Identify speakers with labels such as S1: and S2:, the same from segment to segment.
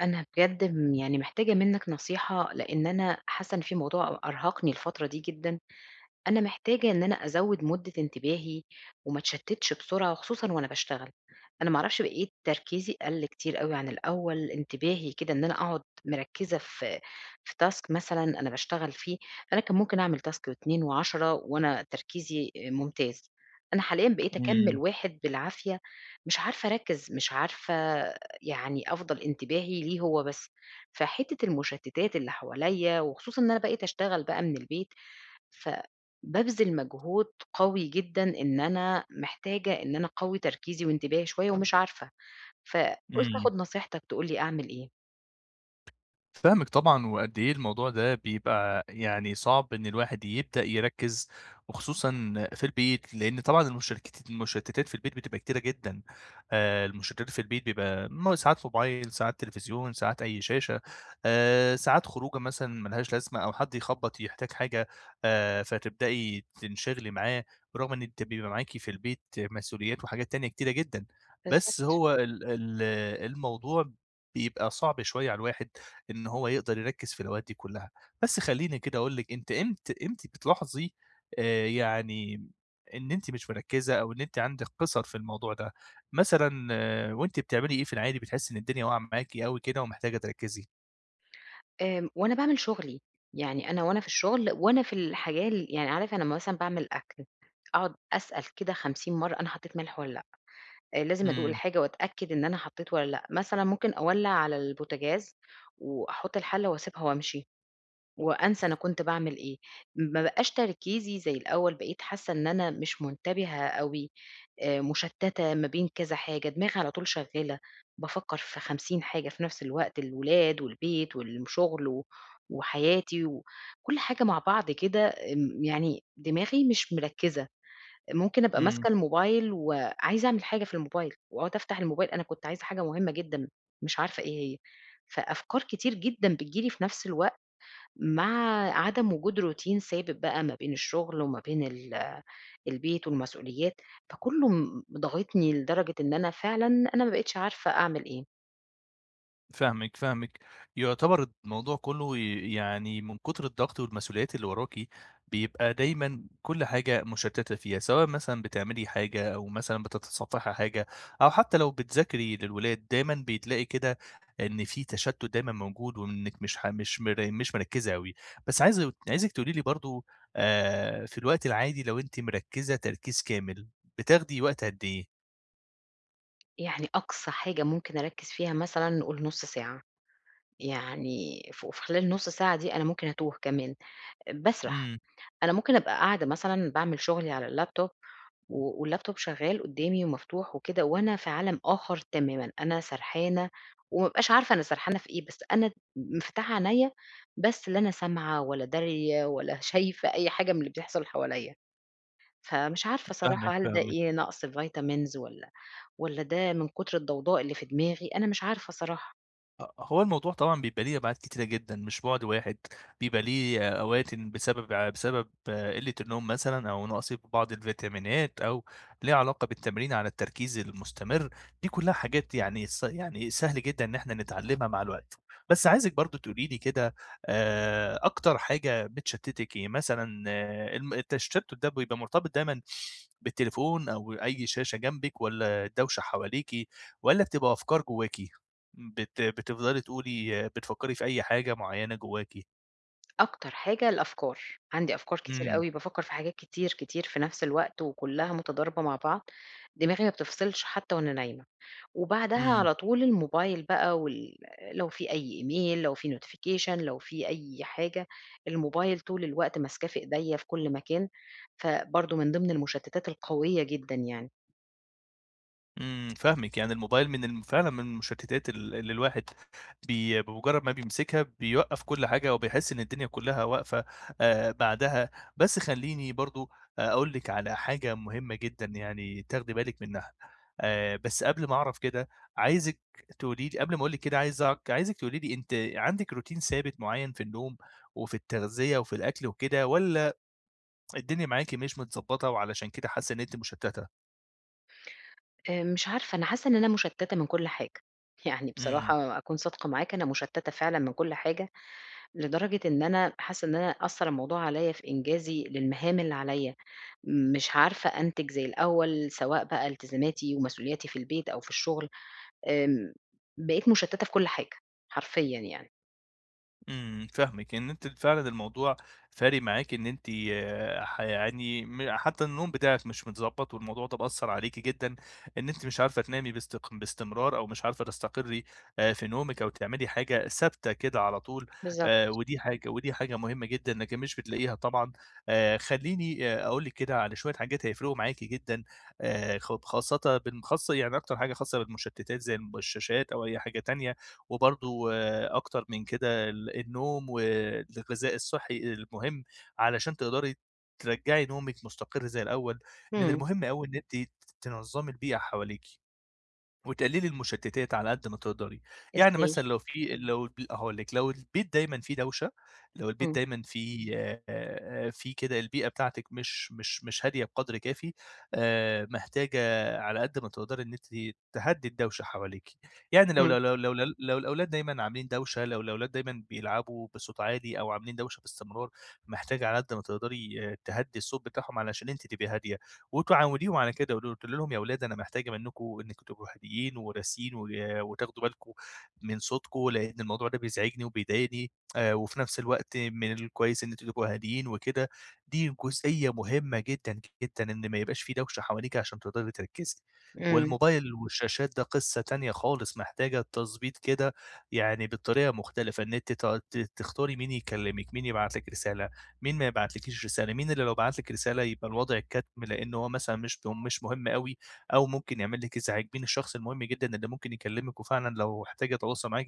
S1: أنا بجد يعني محتاجة منك نصيحة لأن أنا حاسة إن في موضوع أرهقني الفترة دي جدا. أنا محتاجة إن أنا أزوّد مدة انتباهي وما أتشتّتش بسرعة وخصوصًا وأنا باشتغل. أنا ما أعرفش بقيت تركيزي قَل كتير أوي عن الأول، انتباهي كده إن أنا أقعد مركّزة في task مثلًا أنا باشتغل فيه. أنا كان ممكن أعمل task و2 و10 وأنا تركيزي ممتاز. أنا حاليًا بقيت أكمّل
S2: إمم،
S1: واحد بالعافية، مش عارفة أركّز، مش عارفة يعني أفضل انتباهي ليه هو بس. فحتّة المشتّتات اللي حواليّا وخصوصًا إن أنا بقيت أشتغل بقى من البيت، فبابذل مجهود قوي جدًا إن أنا محتاجة إن أنا أقوّي تركيزي وانتباهي شوية ومش عارفة، فقُلت
S2: إمم.
S1: آخُد نصيحتك تقول لي أعمل إيه.
S2: فاهمِك طبعًا، وقد إيه الموضوع ده بيبقى يعني صعب إن الواحد يبدأ يركّز، وخصوصًا في البيت، لإن طبعًا المشتتات في البيت بتبقى كتيرة جدًا، المشتتات في البيت بيبقى ساعات موبايل، ساعات تلفزيون، ساعات أي شاشة، ساعات خروجة مثلًا ما لهاش لازمة أو حد يخبط يحتاج حاجة، فتبدئي تنشغلي معاه، برغم إن أنتِ بيبقى معاكِ في البيت مسؤوليات وحاجات تانية كتيرة جدًا، بس
S1: بالضبط.
S2: هو ال ال الموضوع بيبقى صعب شوية على الواحد، إن هو يقدر يركّز في الأوقات دي كلّها. بس خلّيني كده أقول لِك أنتِ إمتى بتلاحظي آآ يعني إن أنتِ مش مركّزة أو إن أنتِ عندِك قِصَر في الموضوع ده؟ مثلًا آه، وأنتِ بتعملي إيه في العادي بتحسّي إن الدنيا واقعة معاكِ أوي كده ومحتاجة تركّزي؟
S1: وأنا باعمل شغلي، يعني أنا وأنا في الشغل وأنا في الحاجة ال يعني عارف أنا لمّا مثلًا باعمل أكل أقعد أسأل كده 50 مرّة أنا حطيت ملح والّا لأ. لازم أدوق
S2: إمم،
S1: الحاجة وأتأكد إن أنا حطيت والّا لأ، مثلًا ممكن أولّع على البوتاجاز وأحط الحلة وأسيبها وأمشي. وأنسى أنا كنت باعمل إيه، ما بقاش تركيزي زي الأول، بقيت حاسة إن أنا مش منتبهة أوي. مُشتتة ما بين كذا حاجة، دماغي على طول شغالة، بافكر في 50 حاجة في نفس الوقت، الولاد والبيت والشغل و وحياتي وكل حاجة مع بعض كده. يعني دماغي مش مركزة، ممكن أبقى
S2: إمم.
S1: ماسكة الموبايل وعايزة أعمل حاجة في الموبايل، وأقعد أفتح الموبايل أنا كنت عايزة حاجة مهمة جدًا، مش عارفة إيه هي. فأفكار كتير جدًا بتيجي لي في نفس الوقت. مع عدم وجود روتين ثابت بقى ما بين الشغل وما بين البيت والمسؤوليات، فكُلّه ضاغطني لدرجة إن أنا فعلًا أنا ما بقيتش عارفة أعمل إيه.
S2: فاهمِك، فاهمِك. يعتبر الموضوع كُلّه يعني من كتر الضغط والمسؤوليات اللي وراكِ، بيبقى دايمًا كل حاجة مُشتّتة فيها، سواء مثلًا بتعملي حاجة أو مثلًا بتتصفّحي حاجة أو حتى لو بتذاكري للولاد، دايمًا بتلاقي كده إن في تشتُّت دايمًا موجود وإنِّك مش ح مش مر مش مركّزة أوي. بس عايزِك تقولي لي برضه في الوقت العادي لو أنتِ مركّزة تركيز كامل، بتاخدي وقت قد إيه؟
S1: يعني أقصى حاجة ممكن أركّز فيها مثلًا نقول نُص ساعة، يعني ف وفي خلال النُص ساعة دي أنا ممكن أتوه كمان، باسرح.
S2: إمم،
S1: أنا ممكن أبقى قاعدة مثلًا باعمل شغلي على اللاب توب و واللابتوب شغال قدّامي ومفتوح وكده، وأنا في عالم آخر تمامًا، أنا سرحانة وما بابقاش عارفة أنا سرحانة في إيه، بس أنا مفتحة عينيّا بس لا أنا سامعة ولا دارية ولا شايفة أي حاجة من اللي بيحصل حواليّا. فمش عارفة صراحة
S2: فاهمِك،
S1: هل ده
S2: فاهمِك.
S1: إيه، نقص vitamins والّا ده من كتر الضوضاء اللي في دماغي، أنا مش عارفة صراحة.
S2: هو الموضوع طبعًا بيبقى ليه أبعاد كتيرة جدًا، مش بُعد واحد، بيبقى ليه أوقاتٍ بسبب بسبب قلة النوم مثلًا أو نقص في بعض الفيتامينات أو ليه علاقة بالتمرين على التركيز المستمر، دي كلها حاجات يعني س يعني سهل جدًا إن إحنا نتعلمها مع الوقت. بس عايزِك برضه تقولي لي كده أكتر حاجة بتشتتِك إيه؟ مثلًا آه، التشتت ده بيبقى مرتبط دايمًا بالتليفون أو أي شاشة جنبِك والّا الدوشة حواليكِ والّا بتبقى أفكار جواكِ؟ بتفضلي تقولي بتفكّري في أي حاجة معيّنة جواكِ.
S1: أكتر حاجة الأفكار، عندي أفكار كتير
S2: إمم،
S1: أوي، بافكّر في حاجات كتير، كتير في نفس الوقت وكلّها متضاربة مع بعض. دماغي ما بتفصلش حتى وأنا نايمة. وبعدها
S2: إمم،
S1: على طول الموبايل بقى لو في أي إيميل، لو في notification، لو في أي حاجة، الموبايل طول الوقت ماسكاه في إيديّا في كل مكان، فبرضه من ضمن المشتتات القوية جدًا يعني.
S2: إمم، فاهمِك، يعني الموبايل من فعلًا من المشتتات اللي الواحد بمجرّد ما بيمسكها بيوقّف كل حاجة وبيحس إن الدنيا كلّها واقفة بعدها، بس خلّيني برضه أقول لِك على حاجة مهمة جدًا يعني تاخدي بالِك منها، بس قبل ما أعرف كده عايزِك تقولي لي قبل ما أقول لِك كده عايزِك تقولي لي أنتِ عندِك روتين ثابت معيّن في النوم وفي التغذية وفي الأكل وكده والّا الدنيا معاكِ مش متضبّطة وعلشان كده حاسة إن أنتِ مشتتة،
S1: مش عارفة أنا حاسة إن أنا مشتتة من كل حاجة. يعني
S2: إمم.
S1: بصراحة أكون صادقة معاك أنا مشتتة فعلًا من كل حاجة، لدرجة إن أنا حاسة إن أنا أثّر الموضوع عليّا في إنجازي للمهام اللي عليّا، مش عارفة أنتج زي الأول، سواء بقى التزاماتي ومسؤولياتي في البيت أو في الشغل. آمم، بقيت مشتتة في كل حاجة، حرفيًا يعني.
S2: إمم، فاهمِك، إن أنتِ فعلًا الموضوع فارق معاكِ إن أنتِ آه، ح يعني م حتى النوم بتاعِك مش متضبّط، والموضوع ده مأثّر عليكِ جدًا، إن أنتِ مش عارفة تنامي باستمرار أو مش عارفة تستقري في نومِك أو تعملي حاجة ثابتة كده على طول،
S1: بالضبط.
S2: ودي حاجة مهمة جدًا لكن مش بتلاقيها طبعًا. خلّيني أقول لِك كده على شوية حاجات هيفرقوا معاكِ جدًا، خ خاصةً بالم خاصة يعني أكتر حاجة خاصة بالمشتتات زي الشاشات أو أي حاجة تانية. وبرضه أكتر من كده النوم والغذاء الصحّي المهم علشان تقدري ترجّعي نومِك مستقر زي الأول، من
S1: إمم.
S2: المهم أوي إن أنتِ تنظّمي البيئة حواليكِ. وتقللي المشتتات على قد ما تقدري، يعني
S1: إزاي؟
S2: مثلًا لو في لو ال هاقول لِك، لو البيت دايمًا فيه دوشة، لو البيت
S1: إمم.
S2: دايمًا فيه فيه كده البيئة بتاعتِك مش هادية بقدر كافي، محتاجة على قد ما تقدري إن أنتِ تهدّي الدوشة حواليكِ، يعني
S1: إمم.
S2: لو الأولاد دايمًا عاملين دوشة، لو الأولاد دايمًا بيلعبوا بصوت عالي أو عاملين دوشة باستمرار، محتاجة على قد ما تقدري تهدّي الصوت بتاعهم علشان أنتِ تبقي هادية. وتعاونيهم على كده، قلت لهم يا ولاد أنا محتاجة منكم إنكم تبقوا هاديين وراسيين و وتاخدوا بالكم من صوتكم، لإن الموضوع ده بيزعجني وبيضايقني، وفي نفس الوقت من الكويس إن أنتم تبقوا هاديين وكده، دي جزئية مهمة جدًا، جدًا، إن ما يبقاش في دوشة حواليكِ عشان تقدري تركزي،
S1: إمم.
S2: والموبايل والشاشات ده قصة تانية خالص محتاجة تضبيط كده يعني بطريقة مختلفة، إن أنتِ ت ت تختاري مين يكلمِك، مين يبعت لِك رسالة. مين ما يبعتلكيش رسالة، مين اللي لو بعت لِك رسالة يبقى الوضع الكتم، لإن هو مثلًا مش مهم أوي أو ممكن يعمل لِك إزعاج، مين الشخص المهم جدًا اللي ممكن يكلمِك وفعلًا لو احتاج يتواصل معاكِ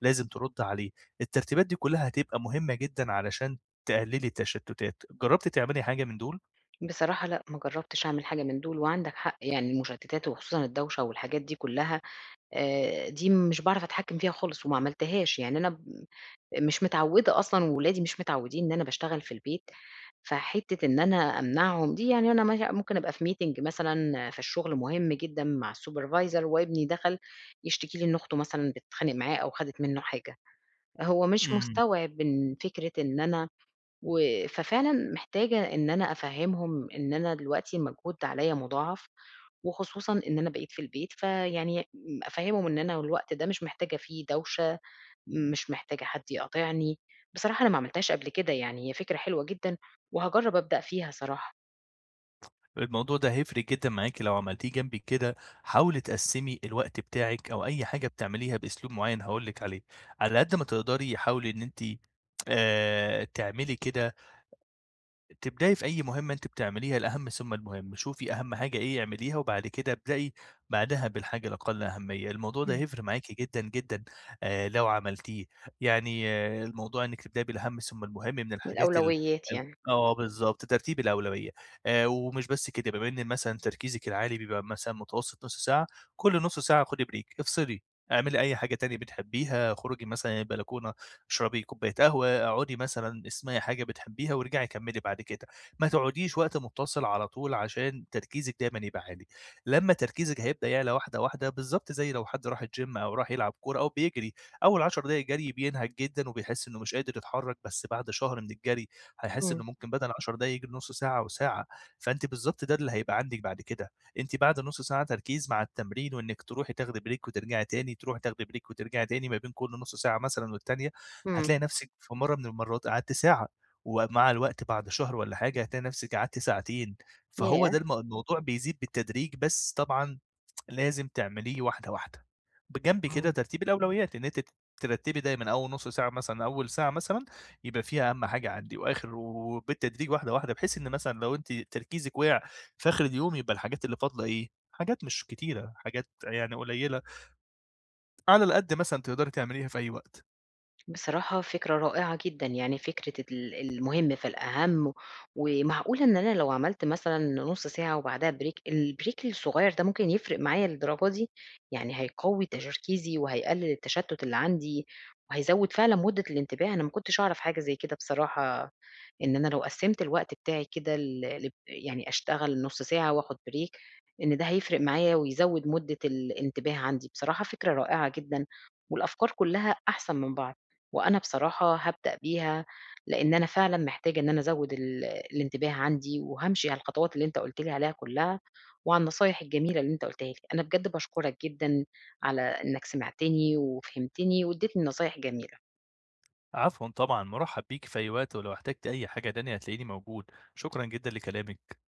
S2: لازم تردّي عليه، الترتيبات دي كلها هتبقى مهمة جدًا علشان تقللي التشتتات، جربتِ تعملي حاجة من دول؟
S1: بصراحة لأ، ما جرّبتش أعمل حاجة من دول، وعندك حق يعني المشتتات وخصوصًا الدوشة والحاجات دي كلّها. دي مش باعرف أتحكم فيها خالص وما عملتهاش، يعني أنا ب مش متعوّدة أصلًا وولادي مش متعوّدين إن أنا باشتغل في البيت. فحتّة إن أنا أمنعهم دي يعني أنا مثلًا ممكن أبقى في meeting مثلًا في الشغل مهم جدًا مع الsupervisor وابني دخل يشتكي لي إن أخته مثلًا بتتخانق معاه أو خدِت منّه حاجة، هو مش
S2: إمم.
S1: مستوعب إن فكرة إن أنا و ففعلًا محتاجة إن أنا أفهّمهم إن أنا دلوقتي المجهود ده عليّا مُضاعف، وخصوصًا إن أنا بقيت في البيت، فيعني أفهّمهم إن أنا الوقت ده مش محتاجة فيه دوشة مش محتاجة حد يقاطعني. بصراحة أنا ما عملتهاش قبل كده يعني، هي فكرة حلوة جدًا وهاجرّب أبدأ فيها صراحة.
S2: الموضوع ده هيفرق جدًا معاكِ لو عملتيه جنبِك كده، حاولي تقسّمي الوقت بتاعِك أو أي حاجة بتعمليها بأسلوب معيّن هاقول لِك عليه، على قد ما تقدري حاولي إن أنتِ تعملي كده تبدأي في أي مهمة أنتِ بتعمليها الأهم ثم المهم، شوفي أهم حاجة إيه اعمليها، وبعد كده ابدئي بعدها بالحاجة الأقل أهمية، الموضوع ده
S1: إمم.
S2: هيفرق معاكِ جدًا، جدًا، لو عملتيه، يعني آه الموضوع إنِّك تبدئي بالأهم ثم المهم من
S1: من
S2: الحاجات ال
S1: الأولويات
S2: ال
S1: يعني.
S2: آه بالضبط، ترتيب الأولوية، ومش بس كده، بما إن مثلًا تركيزِك العالي بيبقى مثلًا متوسط نُص ساعة، كل نُص ساعة خدي break افصلي، اعملي أي حاجة تانية بتحبيها، اخرجي مثلًا البلكونة، اشربي كوباية قهوة، اقعدي مثلًا اسمعي حاجة بتحبيها وارجعي كمّلي بعد كده، ما تقعديش وقت مُتصل على طول عشان تركيزِك دايمًا يبقى عالي، لمّا تركيزِك هيبدأ يعلى واحدة، واحدة بالضبط زي لو حد راح الgym أو راح يلعب كورة أو بيجري، أول 10 دقايق جري بينهك جدًا وبيحس إنه مش قادر يتحرك، بس بعد شهر من الجري هيحس
S1: إمم.
S2: إنه ممكن بدل 10 دقايق يجري نُص ساعة أو ساعة، فأنتِ بالضبط ده اللي هيبقى عندِك بعد كده، أنتِ بعد نُص ساعة تركيز مع التمرين وإنِّك تروحي تاخدي break وترجعي تاني، تروحي تاخدي break وترجعي تاني ما بين كل نُص ساعة مثلًا والتانية.
S1: إمم.
S2: هتلاقي نفسِك في مرّة من المرّات قعدتِ ساعة، ومع الوقت بعد شهر والّا حاجة هتلاقي نفسِك قعدتِ ساعتين، فهو
S1: ياه!
S2: ده الموضوع بيزيد بالتدريج، بس طبعًا لازم تعمليه واحدة، واحدة. بجنب
S1: آه.
S2: كده ترتيب الأولويات، إن أنتِ ترتبي دايمًا أول نُص ساعة مثلًا، أول ساعة مثلًا يبقى فيها أهم حاجة عندي، وآخر وبالتدريج واحدة، واحدة، بحيث إن مثلًا لو أنتِ تركيزِك وقع في آخر اليوم يبقى الحاجات اللي فاضلة إيه، حاجات مش كتيرة، حاجات يعني قليلة، على القد مثلًا تقدري تعمليها في أي وقت.
S1: بصراحة فكرة رائعة جدًا، يعني فكرة المهم فالأهم. ومعقولة إن أنا لو عملت مثلًا نُص ساعة وبعدها break الbreak الصغير ده ممكن يفرق معايا للدرجة دي! يعني هيقوي تركيزي وهيقلل التشتت اللي عندي، وهيزود فعلًا مدة الانتباه. أنا ما كنتش أعرف حاجة زي كده بصراحة إن أنا لو قسّمت الوقت بتاعي كده ل لب يعني أشتغل نُص ساعة وآخُد break إن ده هيفرق معايا ويزوّد مدة الانتباه عندي، بصراحة فكرة رائعة جدًا، والأفكار كلّها أحسن من بعض. وأنا بصراحة هابدأ بيها، لإن أنا فعلًا محتاجة إن أنا أزوّد الانتباه عندي، وهامشي على الخطوات اللي أنت قُلت لي عليها كلّها، وعلى النصايح الجميلة اللي أنت قُلتها لي. أنا بجد باشكرك جدًا على إنك سمعتني وفهمتني وادّيتني نصايح جميلة.
S2: عفوا طبعا، مرحب بيك في أي وقت، ولو احتجت أي حاجة تانية هتلاقيني موجود. شكرا جدا لكلامك.